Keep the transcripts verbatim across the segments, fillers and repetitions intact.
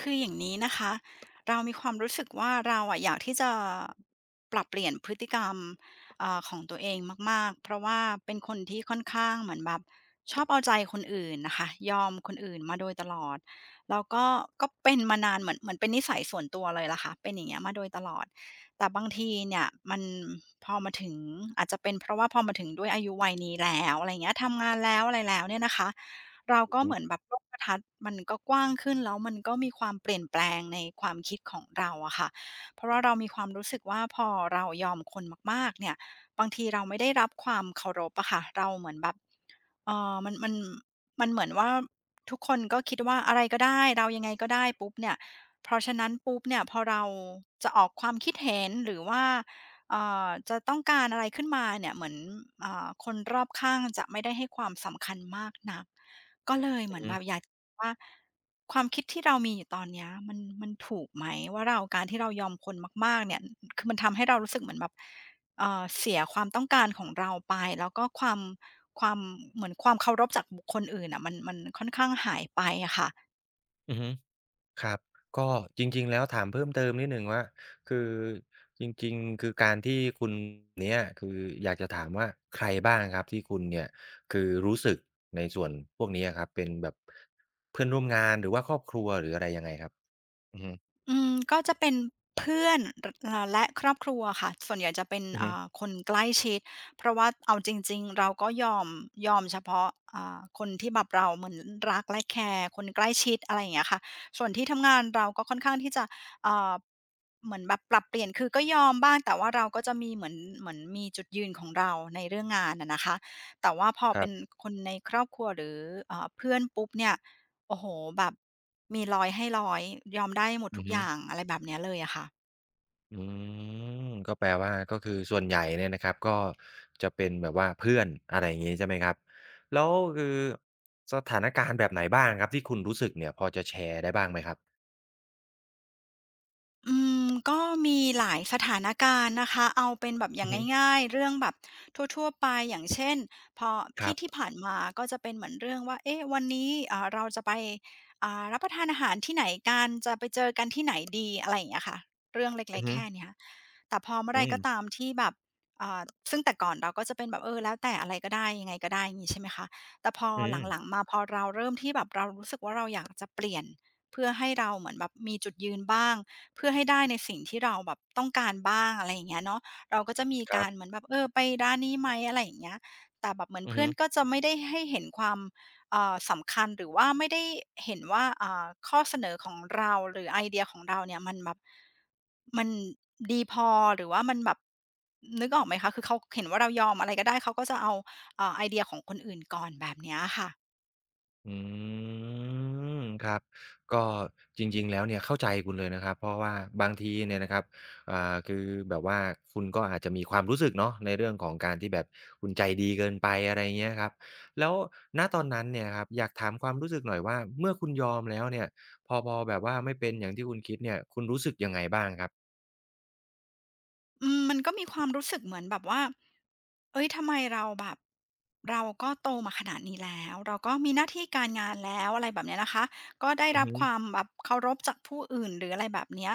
คืออย่างนี้นะคะเรามีความรู้สึกว่าเราอะอยากที่จะปรับเปลี่ยนพฤติกรรมเอ่อของตัวเองมากๆเพราะว่าเป็นคนที่ค่อนข้างเหมือนแบบชอบเอาใจคนอื่นนะคะยอมคนอื่นมาโดยตลอดแล้วก็ก็เป็นมานานเหมือนเหมือนเป็นนิสัยส่วนตัวเลยล่ะค่ะเป็นอย่างเงี้ยมาโดยตลอดแต่บางทีเนี่ยมันพอมาถึงอาจจะเป็นเพราะว่าพอมาถึงด้วยอายุวัยนี้แล้วอะไรเงี้ยทำงานแล้วอะไรแล้วเนี่ยนะคะ เราอือก็ฮึเหมือนแบบโลกทัศน์มันก็กว้างขึ้นแล้วมันก็มีความเปลี่ยนแปลงในความคิดของเราอะค่ะเพราะว่าเรามีความรู้สึกว่าพอเรายอมคนมากๆเนี่ยบางทีเราไม่ได้รับความเคารพอะค่ะเราเหมือนแบบเอ่อมันมันมันเหมือนว่าทุกคนก็คิดว่าอะไรก็ได้เรายังไงก็ได้ปุ๊บเนี่ยเพราะฉะนั้นปุ๊บเนี่ยพอเราจะออกความคิดเห็นหรือว่าเอ่อจะต้องการอะไรขึ้นมาเนี่ยเหมือนอ่าคนรอบข้างจะไม่ได้ให้ความสำคัญมากนัก ก็เลยเหอืมืออนแบบฮึอยากว่าความคิดที่เรามีอยู่ตอนเนี้ยมันมันถูกไหมว่าเราการที่เรายอมคนมากๆเนี่ยคือมันทำให้เรารู้สึกเหมือนแบบเอ่อเสียความต้องการของเราไปแล้วก็ความความเหมือนความเคารพจากบุคคลอื่นอะมันมันค่อนข้างหายไปอะค่ะ อือฮึครับ ก็จริงๆแล้วถามเพิ่มเติมนิดหนึ่งว่า คือจริงๆคือการที่คุณเนี้ยคืออยากจะถามว่าใครบ้างครับที่คุณเนี่ย คือรู้สึกในส่วนพวกนี้อะครับเป็นแบบเพื่อนร่วมงานหรือว่าครอบครัวหรืออะไรยังไงครับอือฮึอืมก็จะเป็นเพื่อนรอ่าและครอบครัวค่ะส่วนใหญ่จะเป็นอือฮึอ่าคนใกล้ชิดเพราะว่าเอาจริงๆเราก็ยอมยอมเฉพาะอ่าคนที่แบบเราเหมือนรักและแคร์คนใกล้ชิดอะไรอย่างเงี้ยค่ะส่วนที่ทำงานเราก็ค่อนข้างที่จะอ่าเหมือนแบบปรับเปลี่ยนคือก็ยอมบ้างแต่ว่าเราก็จะมีเหมือนเหมือนมีจุดยืนของเราในเรื่องงานอะนะคะแต่ว่าพอครัเป็นบคนในครอบครัวหรืออ่าเพื่อนปุ๊บเนี่ย โอ้โหแบบมีร้อยอยให้ร้อยอยยอมได้หมดอืทุอกอฮึ ย่างอะไรแบบเนี้ยเลยอะค่ะ อืมก็แปลว่าก็คือส่วนใหญ่เนี่ยนะครับก็จะเป็นแบบว่าเพื่อนอะไรอย่างงี้ใช่ไหมครับแล้วคือสถานการณ์แบบไหนบ้างครับที่คุณรู้สึกเนี่ยพอจะแชร์ได้บ้างไหมครับอืมก็มีหลายสถานการณ์นะคะเอาเป็นแบบอย่าอืองฮึง่ายๆเรื่องแบบทั่วๆไปอย่างเช่นพอครัที่บที่ผ่านมาก็จะเป็นเหมือนเรื่องว่าเอ๊ะวันนี้อ่าเราจะไปอ่ารับประทานอาหารที่ไหนกันจะไปเจอกันที่ไหนดีอะไรอย่างเงี้ยค่ะเรื่องอืเล็อกๆฮึแค่เนี้ยแต่พอเมื่อไรอืมก็ตามที่แบบอ่าซึ่งแต่ก่อนเราก็จะเป็นแบบเออแล้วแต่อะไรก็ได้ยังไงก็ได้่งี้ใช่ไหมคะแต่พออืหลังมๆมาพอเราเริ่มที่แบบเรารู้สึกว่าเราอยากจะเปลี่ยนเพื่อให้เราเหมือนแบบมีจุดยืนบ้าง เพื่อให้ได้ในสิ่งที่เราแบบต้องการบ้างอะไรอย่างเงี้ยเนาะเราก็จะมีครักาบรเหมือนแบบเออไปร้านนี้ไหมอะไรอย่างเงี้ยแต่แบบเหมือนอือเพื่อฮึ นก็จะไม่ได้ให้เห็นความเอ่อสำคัญหรือว่าไม่ได้เห็นว่าอ่าข้อเสนอของเราหรือไอเดียของเราเนี่ยมันแบบมันดีพอหรือว่ามันแบบนึกออกไหมคะคือเขาเห็นว่าเรายอมอะไรก็ได้เขาก็จะเอาอ่าไอเดียของคนอื่นก่อนแบบเนี้ยค่ะ อืมครับก็จริงๆแล้วเนี่ยเข้าใจคุณเลยนะครับเพราะว่าบางทีเนี่ยนะครับอ่าคือแบบว่าคุณก็อาจจะมีความรู้สึกเนาะในเรื่องของการที่แบบคุณใจดีเกินไปอะไรเงี้ยครับแล้วณตอนนั้นเนี่ยครับอยากถามความรู้สึกหน่อยว่าเมื่อคุณยอมแล้วเนี่ยพอพอแบบว่าไม่เป็นอย่างที่คุณคิดเนี่ยคุณรู้สึกยังไงบ้างครับอืมมันก็มีความรู้สึกเหมือนแบบว่าเอ้ยทำไมเราแบบเราก็โตมาขนาดนี้แล้ว เราก็มีหน้าที่การงานแล้วอะไรแบบเนี้ยนะคะ ก็ได้อือรับฮึความแบบเคารพจากผู้อื่นหรืออะไรแบบเนี้ย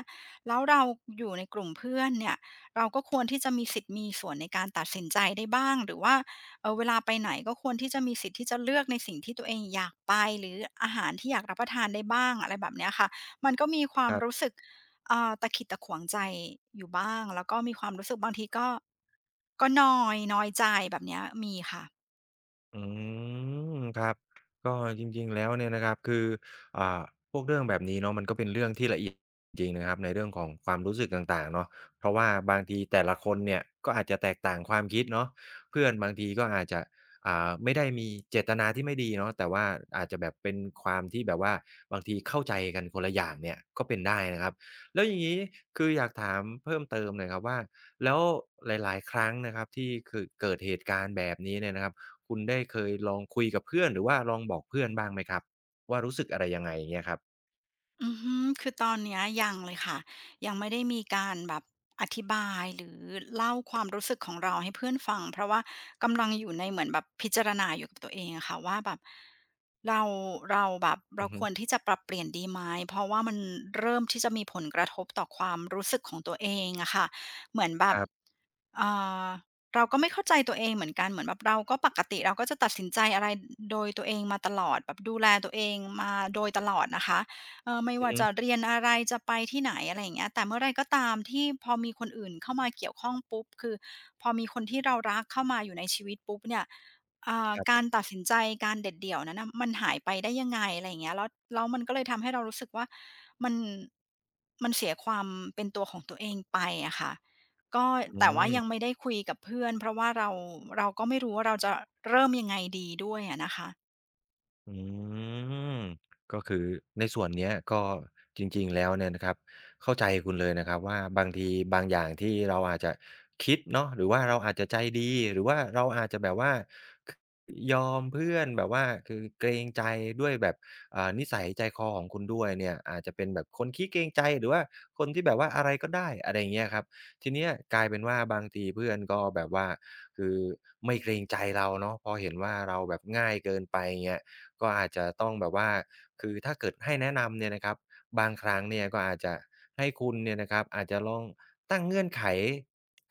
แล้วเราอยู่ในกลุ่มเพื่อนเนี่ยเราก็ควรที่จะมีสิทธิ์มีส่วนในการตัดสินใจได้บ้างหรือว่าเอ่อเวลาไปไหนก็ควรที่จะมีสิทธิ์ที่จะเลือกในสิ่งที่ตัวเองอยากไปหรืออาหารที่อยากรับประทานได้บ้างอะไรแบบเนี้ยค่ะมันก็มีควาคมรัรู้บ สึก อ่าตะขิดตะขวงใจอยู่บ้างแล้วก็มีความรู้สึกบางทีก็ก็นอยน้อยใจแบบเนี้ยมีค่ะอืมครับก็จริงๆแล้วเนี่ยนะครับคืออ่าพวกเรื่องแบบนี้เนาะมันก็เป็นเรื่องที่ละเอียดจริงๆนะครับในเรื่องของความรู้สึกต่างๆเนาะเพราะว่าบางทีแต่ละคนเนี่ยก็อาจจะแตกต่างความคิดเนาะเพื่อนบางทีก็อาจจะอ่าไม่ได้มีเจตนาที่ไม่ดีเนาะแต่ว่าอาจจะแบบเป็นความที่แบบว่าบางทีเข้าใจกันคนละอย่างเนี่ยก็เป็นได้นะครับแล้วอย่างงี้คืออยากถามเพิ่มเติมหน่อยครับว่าแล้วหลายๆครั้งนะครับที่คือเกิดเหตุการณ์แบบนี้เนี่ยนะครับ คุณได้เคยลองคุยกับเพื่อนหรือว่าลองบอกเพื่อนบ้างไหมครับว่ารู้สึกอะไรยังไงอย่างเงี้ยครับอือฮึคือตอนเนี้ยยังเลยค่ะยังไม่ได้มีการแบบอธิบายหรือเล่าความรู้สึกของเราให้เพื่อนฟังเพราะว่ากำลังอยู่ในเหมือนแบบพิจารณาอยู่กับตัวเองอะค่ะว่าแบบเราเราแบบเราอือคฮึวรที่จะปรับเปลี่ยนดีไหมเพราะว่ามันเริ่มที่จะมีผลกระทบต่อความรู้สึกของตัวเองอะค่ะเหมือนแบคบ รับอ่าเราก็ไม่เข้าใจตัวเองเหมือนกันเหมือนแบบเราก็ปกติเราก็จะตัดสินใจอะไรโดยตัวเองมาตลอดแบบดูแลตัวเองมาโดยตลอดนะคะเออไม่อือว่าฮึจะเรียนอะไรจะไปที่ไหนอะไรอย่างเงี้ยแต่เมื่อไรก็ตามที่พอมีคนอื่นเข้ามาเกี่ยวข้องปุ๊บคือพอมีคนที่เรารักเข้ามาอยู่ในชีวิตปุ๊บเนี่ยอ่าครักาบรตัดสินใจการเด็ดเดี่ยวนั้นนะมันหายไปได้ยังไงอะไรอย่างเงี้ยแล้วแล้วมันก็เลยทำให้เรารู้สึกว่ามันมันเสียความเป็นตัวของตัวเองไปอะค่ะ ก็อืแต่ว่ายังม ไม่ได้คุยกับเพื่อนเพราะว่าเราเราก็ไม่รู้ว่าเราจะเริ่มยังไงดีด้วยอะนะคะอืมก็คือในส่วนเนี้ยก็จริงๆแล้วเนี่ยนะครับเข้าใจคุณเลยนะครับว่าบางทีบางอย่างที่เราอาจจะคิดเนาะหรือว่าเราอาจจะใจดีหรือว่าเราอาจจะแบบว่าคยอมเพื่อนแบบว่าคือเกรงใจด้วยแบบอ่านิสัยใจคอของคุณด้วยเนี่ยอาจจะเป็นแบบคนขี้เกรงใจหรือว่าคนที่แบบว่าอะไรก็ได้อะไรอย่างเงี้ยครับทีเนี้ยกลายเป็นว่าบางทีเพื่อนก็แบบว่าคือไม่เกรงใจเราเนาะพอเห็นว่าเราแบบง่ายเกินไปเงี้ย ก็อาจจะต้องแบบว่าคือถ้าเกิดให้แนะนำเนี่ยนะครับบางครั้งเนี่ยก็อาจจะให้คุณเนี่ยนะครับอาจจะลองตั้งเงื่อนไข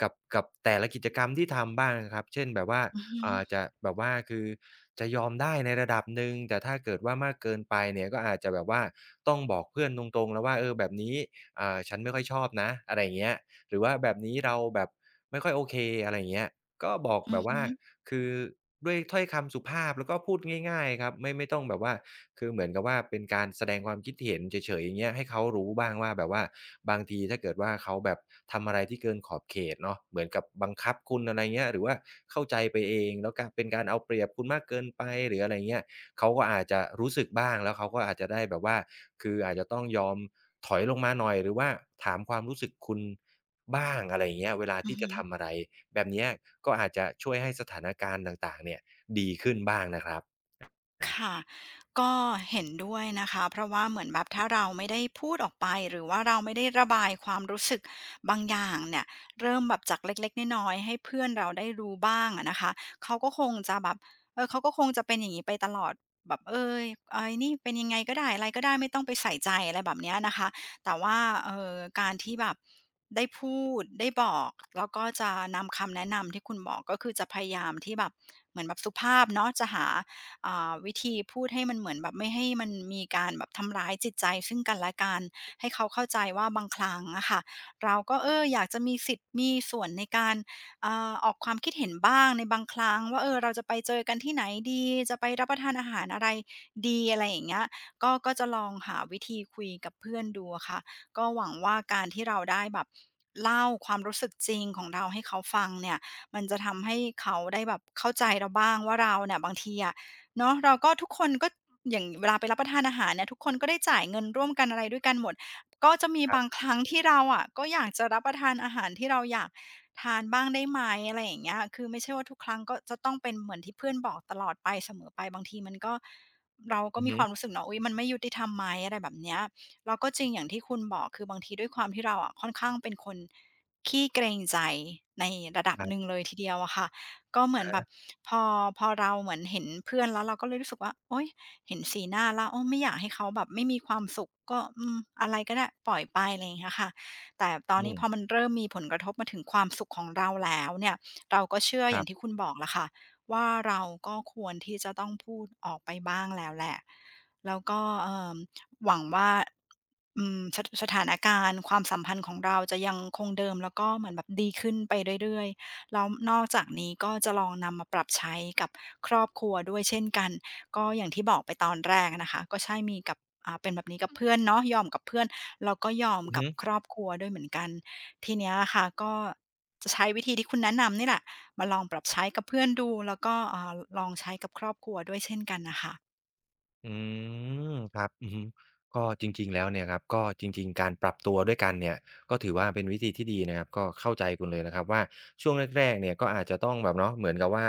กับกับแต่ละกิจกรรมที่ทำบ้างนะครับเช่นแบบว่าอือฮึอ่าจะแบบว่าคือจะยอมได้ในระดับหนึ่งแต่ถ้าเกิดว่ามากเกินไปเนี่ยก็อาจจะแบบว่าต้องบอกเพื่อนตรงๆแล้วว่าเออแบบนี้อ่าฉันไม่ค่อยชอบนะอะไรอย่างเงี้ยหรือว่าแบบนี้เราแบบไม่ค่อยโอเคอะไรอย่างเงี้ย ก็บอกอืแบอบว่าฮึคือด้วยถ้อยคำสุภาพแล้วก็พูดง่ายๆครับไม่ไม่ต้องแบบว่าคือเหมือนกับว่าเป็นการแสดงความคิดเห็นเฉยๆอย่างเงี้ยให้เขารู้บ้างว่าแบบว่าบางทีถ้าเกิดว่าเขาแบบทำอะไรที่เกินขอบเขตเนาะเหมือนกับบังคับคุณอะไรเงี้ยหรือว่าเข้าใจไปเองแล้วก็เป็นการเอาเปรียบคุณมากเกินไปหรืออะไรเงี้ยเขาก็อาจจะรู้สึกบ้างแล้วเขาก็อาจจะได้แบบว่าคืออาจจะต้องยอมถอยลงมาหน่อยหรือว่าถามความรู้สึกคุณ บ้างอะไรอย่างเงี้ยเวลาอือที่จะฮึ ทำอะไรแบบเนี้ยก็อาจจะช่วยให้สถานการณ์ต่างๆเนี่ยดีขึ้นบ้างนะครับค่ะก็เห็นด้วยนะคะเพราะว่าเหมือนแบบถ้าเราไม่ได้พูดออกไปหรือว่าเราไม่ได้ระบายความรู้สึกบางอย่างเนี่ยเริ่มแบบจากเล็กๆน้อยๆให้เพื่อนเราได้รู้บ้างอะนะคะเขาก็คงจะแบบเออเขาก็คงจะเป็นอย่างงี้ไปตลอดแบบเออไอ้นี่เป็นยังไงก็ได้อะไรก็ได้ไม่ต้องไปใส่ใจอะไรแบบเนี้ยนะคะแต่ว่าเอ่อการที่แบบได้พูดได้บอกแล้วก็จะนำคำแนะนำที่คุณบอกก็คือจะพยายามที่แบบเหมือนแบบสุภาพเนาะจะหา อ่าวิธีพูดให้มันเหมือนแบบไม่ให้มันมีการแบบทำร้ายจิตใจซึ่งกันและกันให้เขาเข้าใจว่าบางครั้งอะค่ะเราก็เอออยากจะมีสิทธิ์มีส่วนในการอ่าออกความคิดเห็นบ้างในบางครั้งว่าเออเราจะไปเจอกันที่ไหนดีจะไปรับประทานอาหารอะไรดีอะไรอย่างเงี้ยก็ก็จะลองหาวิธีคุยกับเพื่อนดูอะค่ะก็หวังว่าการที่เราได้แบบเล่าความรู้สึกจริงของเราให้เขาฟังเนี่ยมันจะทำให้เขาได้แบบเข้าใจเราบ้างว่าเราเนี่ยบางทีอะ เนาะเราก็ทุกคนก็อย่างเวลาไปรับประทานอาหารเนี่ยทุกคนก็ได้จ่ายเงินร่วมกันอะไรด้วยกันหมดก็จะมีครับางคบรั้งที่เราอะก็อยากจะรับประทานอาหารที่เราอยากทานบ้างได้ไหมอะไรอย่างเงี้ยคือไม่ใช่ว่าทุกครั้งก็จะต้องเป็นเหมือนที่เพื่อนบอกตลอดไปเสมอไปบางทีมันก็เราก็อือมีฮึความรู้สึกเนาะอุ๊ยมันไม่ยุติธรรมไหมอะไรแบบเนี้ยแล้วก็จริงอย่างที่คุณบอกคือบางทีด้วยความที่เราอะค่อนข้างเป็นคนขี้เกรงใจในระดับครัหนึ่งบเลยทีเดียวอะค่ะ ก็เหมือนอะแบฮะบพอพอเราเหมือนเห็นเพื่อนแล้วเราก็เลยรู้สึกว่าโอ๊ยเห็นสีหน้าแล้วโอ้ไม่อยากให้เขาแบบไม่มีความสุขก็อืมอะไรก็ได้ปล่อยไปอะไรอย่างเงี้ยค่ะแต่ตอนอืนี้มพอมันเริ่มมีผลกระทบมาถึงความสุขของเราแล้วเนี่ยเราก็เชื่อคอย่ารังที่บคุณบอกแหละค่ะว่าเราก็ควรที่จะต้องพูดออกไปบ้างแล้วแหละแล้วก็เอ่อหวังว่าอืมสสถานการณ์ความสัมพันธ์ของเราจะยังคงเดิมแล้วก็เหมือนแบบดีขึ้นไปเรื่อยๆ แล้วนอกจากนี้ก็จะลองนำมาปรับใช้กับครอบครัวด้วยเช่นกันก็อย่างที่บอกไปตอนแรกนะคะก็ใช่มีกับอ่าเป็นแบบนี้กับเพื่อนเนาะยอมกับเพื่อนแล้วก็ยอมอือกับฮึ ครอบครัวด้วยเหมือนกันทีเนี้ยอะค่ะก็จะใช้วิธีที่คุณแนะนำนี่แหละมาลองปรับใช้กับเพื่อนดูแล้วก็อ่าลองใช้กับครอบครัวด้วยเช่นกันน่ะค่ะอืมครับอือฮึก็จริงๆแล้วเนี่ยครับก็จริงๆการปรับตัวด้วยกันเนี่ยก็ถือว่าเป็นวิธีที่ดีนะครับก็เข้าใจคุณเลยนะครับว่าช่วงแรกๆเนี่ยก็อาจจะต้องแบบเนาะเหมือนกับว่า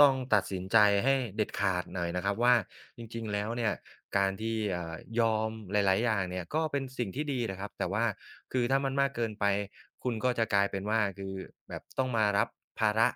ต้องตัดสินใจให้เด็ดขาดหน่อยนะครับว่าจริงๆแล้วเนี่ยการที่อ่ายอมหลายๆอย่างเนี่ยก็เป็นสิ่งที่ดีนะครับแต่ว่าคือถ้ามันมากเกินไปคุณก็จะกลายเป็นว่าคือแบบต้องมารับภาระ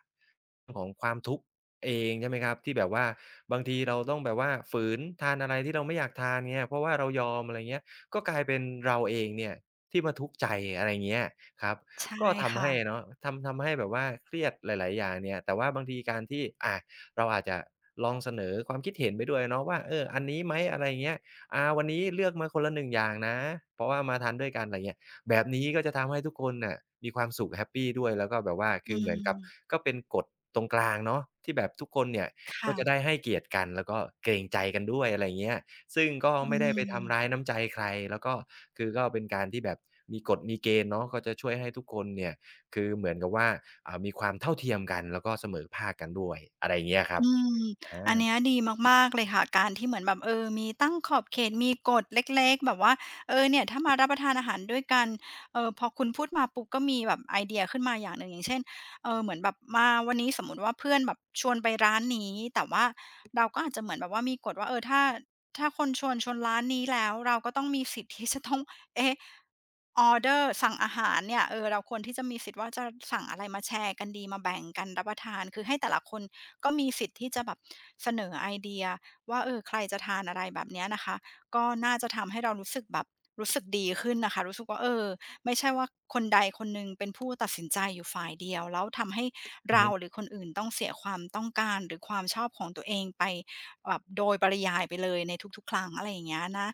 ของความทุกข์ เองใช่ไหมครับที่แบบว่าบางทีเราต้องแบบว่าฝืนทานอะไรที่เราไม่อยากทานเนี่ยเพราะว่าเรายอมอะไรเงี้ยก็กลายเป็นเราเองเนี่ยที่มาทุกข์ใจอะไรเงี้ยครับใช่ก็ทำค่ะให้เนาะทำทำให้แบบว่าเครียดหลายๆอย่างเนี่ยแต่ว่าบางทีการที่อาเราอาจจะลองเสนอความคิดเห็นไปด้วยเนาะว่าเอออันนี้ไหมอะไรเงี้ยอาวันนี้เลือกมาคนละหนึ่งอย่างนะเพราะว่ามาทานด้วยกันอะไรเงี้ย แบบนี้ก็จะทำให้ทุกคนน่ะมีความสุขแฮปปีด้วยแล้วก็แบบว่าอืคือเหมือนกับมก็เป็นกฎตรงกลางเนาะที่แบบทุกคนเนี่ยก็จะค่ะได้ให้เกียรติกันแล้วก็เกรงใจกันด้วยอะไรอย่างเงี้ยซึ่งก็อืไม่ได้ไปทำร้ายม น้ำใจใครแล้วก็คือก็เป็นการที่แบบมีกฎมีเกณฑ์เนาะก็จะช่วยให้ทุกคนเนี่ยคือเหมือนกับว่าอ่ามีความเท่าเทียมกันแล้วก็เสมอภาคกันด้วยอะไรอย่างเงี้ยครัอืบมอาอันเนี้ยดีมากๆ เลยค่ะ การที่เหมือนแบบเออ มีตั้งขอบเขตมีกฎเล็กๆ แบบว่า เออเนี่ยถ้ามารับประทานอาหารด้วยกันเออพอคุณพูดมาปุ๊บก็มีแบบไอเดียขึ้นมาอย่างหนึ่งอย่างเช่นเออเหมือนแบบมาวันนี้สมมุติว่าเพื่อนแบบชวนไปร้านนี้แต่ว่าเราก็อาจจะเหมือนแบบว่ามีกฎว่าเออถ้าถ้าคนชวนชวนร้านนี้แล้วเราก็ต้องมีสิทธิ์ที่จะต้อง เอ๊ะออเดอร์สั่งอาหารเนี่ยเออเราควรที่จะมีสิทธิ์ว่าจะสั่งอะไรมาแชร์กันดีมาแบ่งกันรับประทานคือให้แต่ละคนก็มีสิทธิ์ที่จะแบบเสนอไอเดียว่าเออใครจะทานอะไรแบบเนี้ยนะคะก็น่าจะทำให้เรารู้สึกแบบรู้สึกดีขึ้นน่ะค่ะรู้สึกว่าเออไม่ใช่ว่าคนใดคนหนึ่งเป็นผู้ตัดสินใจอยู่ฝ่ายเดียวแล้วทำให้อือเราฮึหรือคนอื่นต้องเสียความต้องการหรือความชอบของตัวเองไป แบบโดยปริยายไปเลยในทุกๆครั้งอะไรอย่างเงี้ยนะ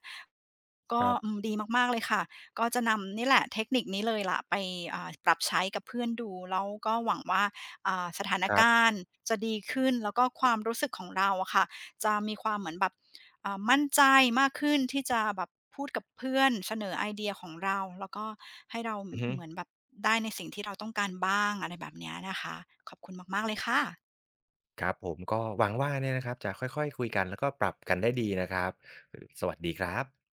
คก็รัอืบมดีมากๆเลยค่ะก็จะนำนี่แหละเทคนิคนี้เลยล่ะไปอ่าปรับใช้กับเพื่อนดูแล้วก็หวังว่าอ่าสถานครักาบรณ์จะดีขึ้นแล้วก็ความรู้สึกของเราอะค่ะจะมีความเหมือนแบบอ่ามั่นใจมากขึ้นที่จะแบบพูดกับเพื่อนเสนอไอเดียของเราแล้วก็ให้เราอือฮึ เหมือนแบบได้ในสิ่งที่เราต้องการบ้างอะไรแบบเนี้ยนะคะขอบคุณมากๆเลยค่ะครับผมก็หวังว่าเนี่ยนะครับจะค่อยๆคุยกันแล้วก็ปรับกันได้ดีนะครับสวัสดีครับ